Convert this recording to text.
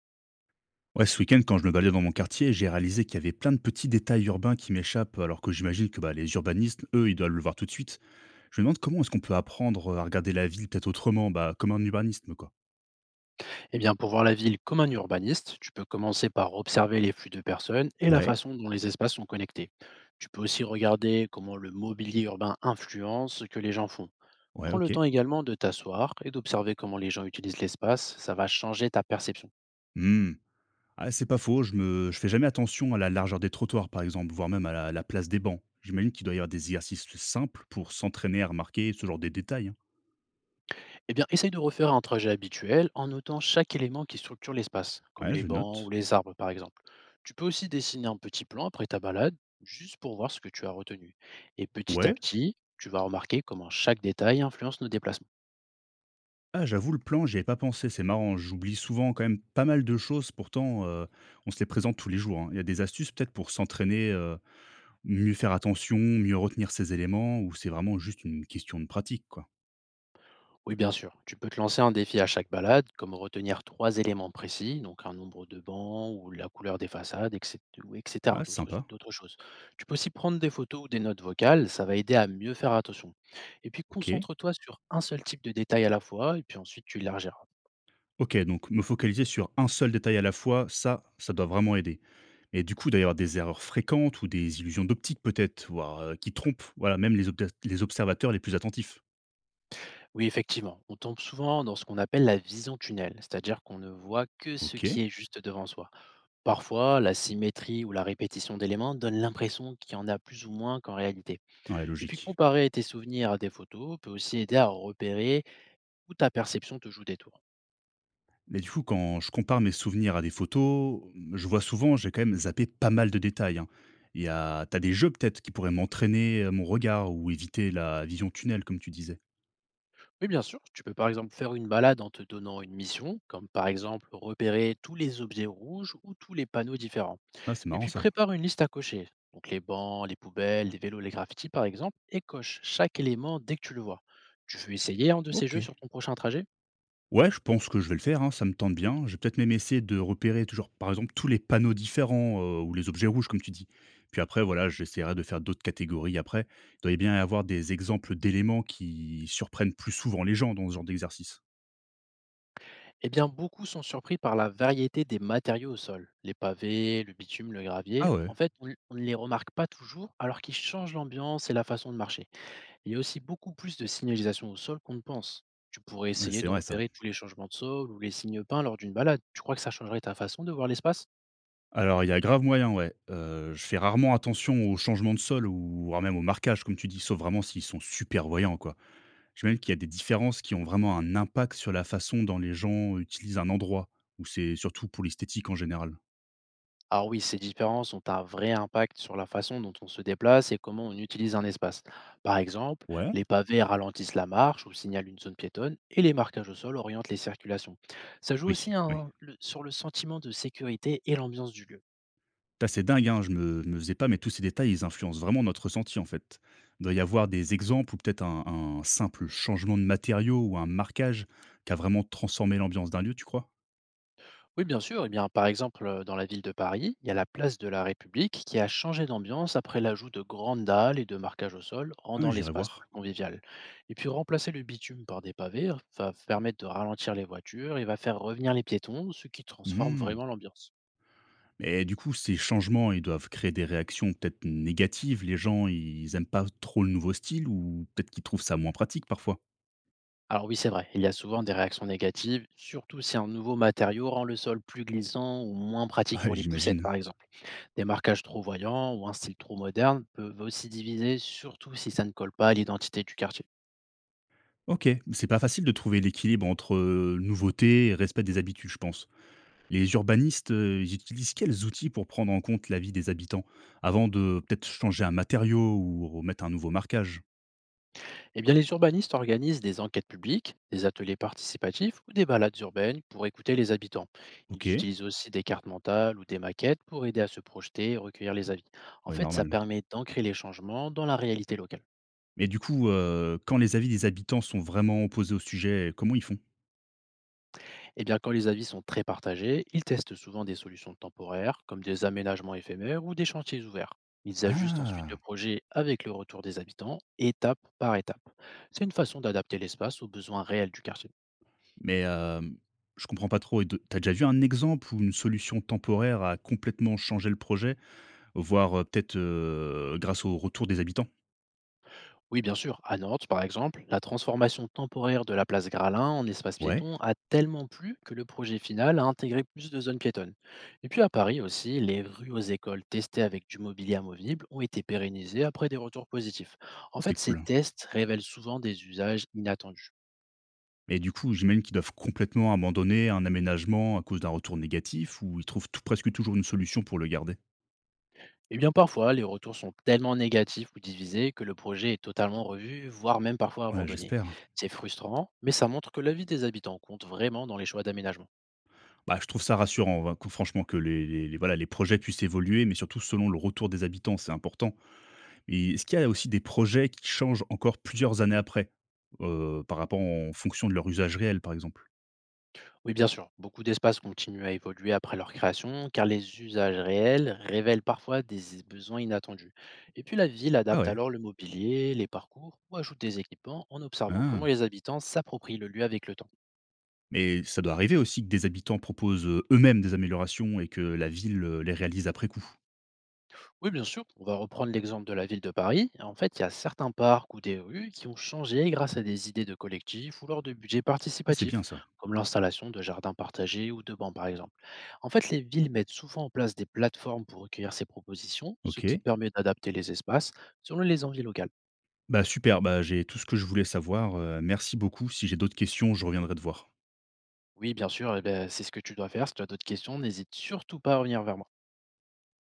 Ouais, ce week-end, quand je me baladais dans mon quartier, j'ai réalisé qu'il y avait plein de petits détails urbains qui m'échappent, alors que j'imagine que bah, les urbanistes, eux, ils doivent le voir tout de suite. Je me demande comment est-ce qu'on peut apprendre à regarder la ville peut-être autrement, bah, comme un urbanisme, quoi. Eh bien, pour voir la ville comme un urbaniste, tu peux commencer par observer les flux de personnes et la Ouais, façon dont les espaces sont connectés. Tu peux aussi regarder comment le mobilier urbain influence ce que les gens font. ouais, Prends le ok. temps également de t'asseoir et d'observer comment les gens utilisent l'espace, ça va changer ta perception. Hmm. Ah, c'est pas faux, je fais jamais attention à la largeur des trottoirs, par exemple, voire même à la place des bancs. J'imagine qu'il doit y avoir des exercices simples pour s'entraîner à remarquer ce genre de détails, hein. Eh bien, essaye de refaire un trajet habituel en notant chaque élément qui structure l'espace, comme Ouais, les je bancs ou note. les arbres par exemple. Tu peux aussi dessiner un petit plan après ta balade, juste pour voir ce que tu as retenu. Et petit à Ouais, petit, tu vas remarquer comment chaque détail influence nos déplacements. ah, j'avoue, le plan, j'y avais pas pensé, c'est marrant. J'oublie souvent quand même pas mal de choses, pourtant, on se les présente tous les jours, hein. Il y a des astuces peut-être pour s'entraîner, mieux faire attention, mieux retenir ses éléments ou c'est vraiment juste une question de pratique, quoi? Oui, bien sûr. Tu peux te lancer un défi à chaque balade, comme retenir trois éléments précis, donc un nombre de bancs ou la couleur des façades, etc. ou Ah, etc. c'est D'autres, sympa. d'autres choses. Tu peux aussi prendre des photos ou des notes vocales, ça va aider à mieux faire attention. Et puis OK. concentre-toi sur un seul type de détail à la fois, et puis ensuite tu élargiras. OK, donc me focaliser sur un seul détail à la fois, ça doit vraiment aider. Et du coup, d'ailleurs, des erreurs fréquentes ou des illusions d'optique peut-être, voire, qui trompent, voilà, même les obs les observateurs les plus attentifs. Oui, effectivement, on tombe souvent dans ce qu'on appelle la vision tunnel, c'est-à-dire qu'on ne voit que ce OK, qui est juste devant soi. Parfois, la symétrie ou la répétition d'éléments donne l'impression qu'il y en a plus ou moins qu'en réalité. ouais, Et puis logique. comparer tes souvenirs à des photos peut aussi aider à repérer où ta perception te joue des tours. Mais du coup, quand je compare mes souvenirs à des photos, je vois souvent, j'ai quand même zappé pas mal de détails, hein. Il y a, t'as des jeux peut-être qui pourraient m'entraîner mon regard ou éviter la vision tunnel, comme tu disais. Oui, bien sûr, tu peux par exemple faire une balade en te donnant une mission, comme par exemple repérer tous les objets rouges ou tous les panneaux différents. Ah, c'est Et marrant puis ça. prépare une liste à cocher, donc les bancs, les poubelles, les vélos, les graffitis par exemple, et coche chaque élément dès que tu le vois. Tu veux essayer un de ces Ok. jeux sur ton prochain trajet? Ouais, je pense que je vais le faire, hein, ça me tente bien. Je vais peut-être même essayer de repérer toujours, par exemple, tous les panneaux différents ou les objets rouges, comme tu dis. Puis après, voilà, j'essaierai de faire d'autres catégories après. Il doit y bien y avoir des exemples d'éléments qui surprennent plus souvent les gens dans ce genre d'exercice. Eh bien, beaucoup sont surpris par la variété des matériaux au sol. Les pavés, le bitume, le Ah gravier. ouais, En fait, on ne les remarque pas toujours, alors qu'ils changent l'ambiance et la façon de marcher. Il y a aussi beaucoup plus de signalisation au sol qu'on ne pense. Tu pourrais essayer c'est de vrai ça. repérer tous les changements de sol ou les signes peints lors d'une balade. Tu crois que ça changerait ta façon de voir l'espace? Alors, il y a grave moyen, ouais. Je fais rarement attention aux changements de sol ou voire même au marquage comme tu dis, sauf vraiment s'ils sont super voyants, quoi. Je sais même qu'il y a des différences qui ont vraiment un impact sur la façon dont les gens utilisent un endroit ou c'est surtout pour l'esthétique en général? Alors oui, ces différences ont un vrai impact sur la façon dont on se déplace et comment on utilise un espace. Par exemple, Ouais. les pavés ralentissent la marche ou signalent une zone piétonne et les marquages au sol orientent les circulations. Ça joue Oui, aussi oui. hein, sur le sentiment de sécurité et l'ambiance du lieu. Ça, c'est dingue, hein, je me faisais pas mais tous ces détails, ils influencent vraiment notre ressenti, en fait. Il doit y avoir des exemples ou peut-être un simple changement de matériaux ou un marquage qui a vraiment transformé l'ambiance d'un lieu, tu crois? Oui, bien sûr. Eh bien, par exemple, dans la ville de Paris, il y a la place de la République qui a changé d'ambiance après l'ajout de grandes dalles et de marquage au sol, Ah, rendant j'irai l'espace voir. plus convivial. Et puis, remplacer le bitume par des pavés va permettre de ralentir les voitures et va faire revenir les piétons, ce qui transforme Mmh. vraiment l'ambiance. Mais du coup, ces changements, ils doivent créer des réactions peut-être négatives. Les gens, ils aiment pas trop le nouveau style ou peut-être qu'ils trouvent ça moins pratique parfois? Alors oui, c'est vrai, il y a souvent des réactions négatives, surtout si un nouveau matériau rend le sol plus glissant ou moins pratique Ouais, pour les poussettes, j'imagine. par exemple. Des marquages trop voyants ou un style trop moderne peuvent aussi diviser, surtout si ça ne colle pas à l'identité du quartier. OK, c'est pas facile de trouver l'équilibre entre, nouveauté et respect des habitudes, je pense. Les urbanistes, ils utilisent quels outils pour prendre en compte l'avis des habitants? Avant de peut-être changer un matériau ou remettre un nouveau marquage? Eh bien, les urbanistes organisent des enquêtes publiques, des ateliers participatifs ou des balades urbaines pour écouter les habitants. Ils OK, ouais, utilisent aussi des cartes mentales ou des maquettes pour aider à se projeter et recueillir les avis. En fait, ça normal. permet d'ancrer les changements dans la réalité locale. Mais du coup, quand les avis des habitants sont vraiment opposés au sujet, comment ils font? Eh bien, quand les avis sont très partagés, ils testent souvent des solutions temporaires, comme des aménagements éphémères ou des chantiers ouverts. Ils ajustent ensuite le Ah! projet avec le retour des habitants, étape par étape. C'est une façon d'adapter l'espace aux besoins réels du quartier. Mais, hem, je comprends pas trop et de tu déjà vu un exemple où une solution temporaire a complètement changé le projet, voire, peut-être, grâce au retour des habitants? Oui, bien sûr. À Nantes, par exemple, la transformation temporaire de la place Gralin en espace Ouais? piéton a tellement plu que le projet final a intégré plus de zones piétonnes. Et puis à Paris aussi, les rues aux écoles testées avec du mobilier amovible ont été pérennisées après des retours positifs. Oh, En c'est fait, ces cool. tests révèlent souvent des usages inattendus. Et du coup, j'imagine qu'ils doivent complètement abandonner un aménagement à cause d'un retour négatif ou ils trouvent tou presque toujours une solution pour le garder? Et bien parfois, les retours sont tellement négatifs ou divisés que le projet est totalement revu, voire même parfois Ouais, abandonné. j'espère. C'est frustrant, mais ça montre que la vie des habitants compte vraiment dans les choix d'aménagement. Bah, je trouve ça rassurant, ouais, que franchement que les voilà, les projets puissent évoluer, mais surtout selon le retour des habitants, c'est important. Et est-ce qu'il y a aussi des projets qui changent encore plusieurs années après, par rapport en fonction de leur usage réel, par exemple? Oui, bien sûr, beaucoup d'espaces continuent à évoluer après leur création, car les usages réels révèlent parfois des besoins inattendus. Et puis la ville Ah adapte ouais, alors le mobilier, les parcours ou ajoute des équipements en observant ah. comment les habitants s'approprient le lieu avec le temps. Mais ça doit arriver aussi que des habitants proposent, eux-mêmes des améliorations et que la ville, les réalise après coup? Oui, bien sûr. On va reprendre l'exemple de la ville de Paris. En fait, il y a certains parcs ou des rues qui ont changé grâce à des idées de collectifs ou lors de budgets Ah, c'est bien participatifs, ça. comme l'installation de jardins partagés ou de bancs, par exemple. En fait, les villes mettent souvent en place des plateformes pour recueillir ces propositions, ce qui OK. permet d'adapter les espaces selon les envies locales. Bah, super, bah, j'ai tout ce que je voulais savoir, merci beaucoup. Si j'ai d'autres questions, je reviendrai te voir. Oui, bien sûr, eh ben, c'est ce que tu dois faire. Si tu as d'autres questions, n'hésite surtout pas à revenir vers moi.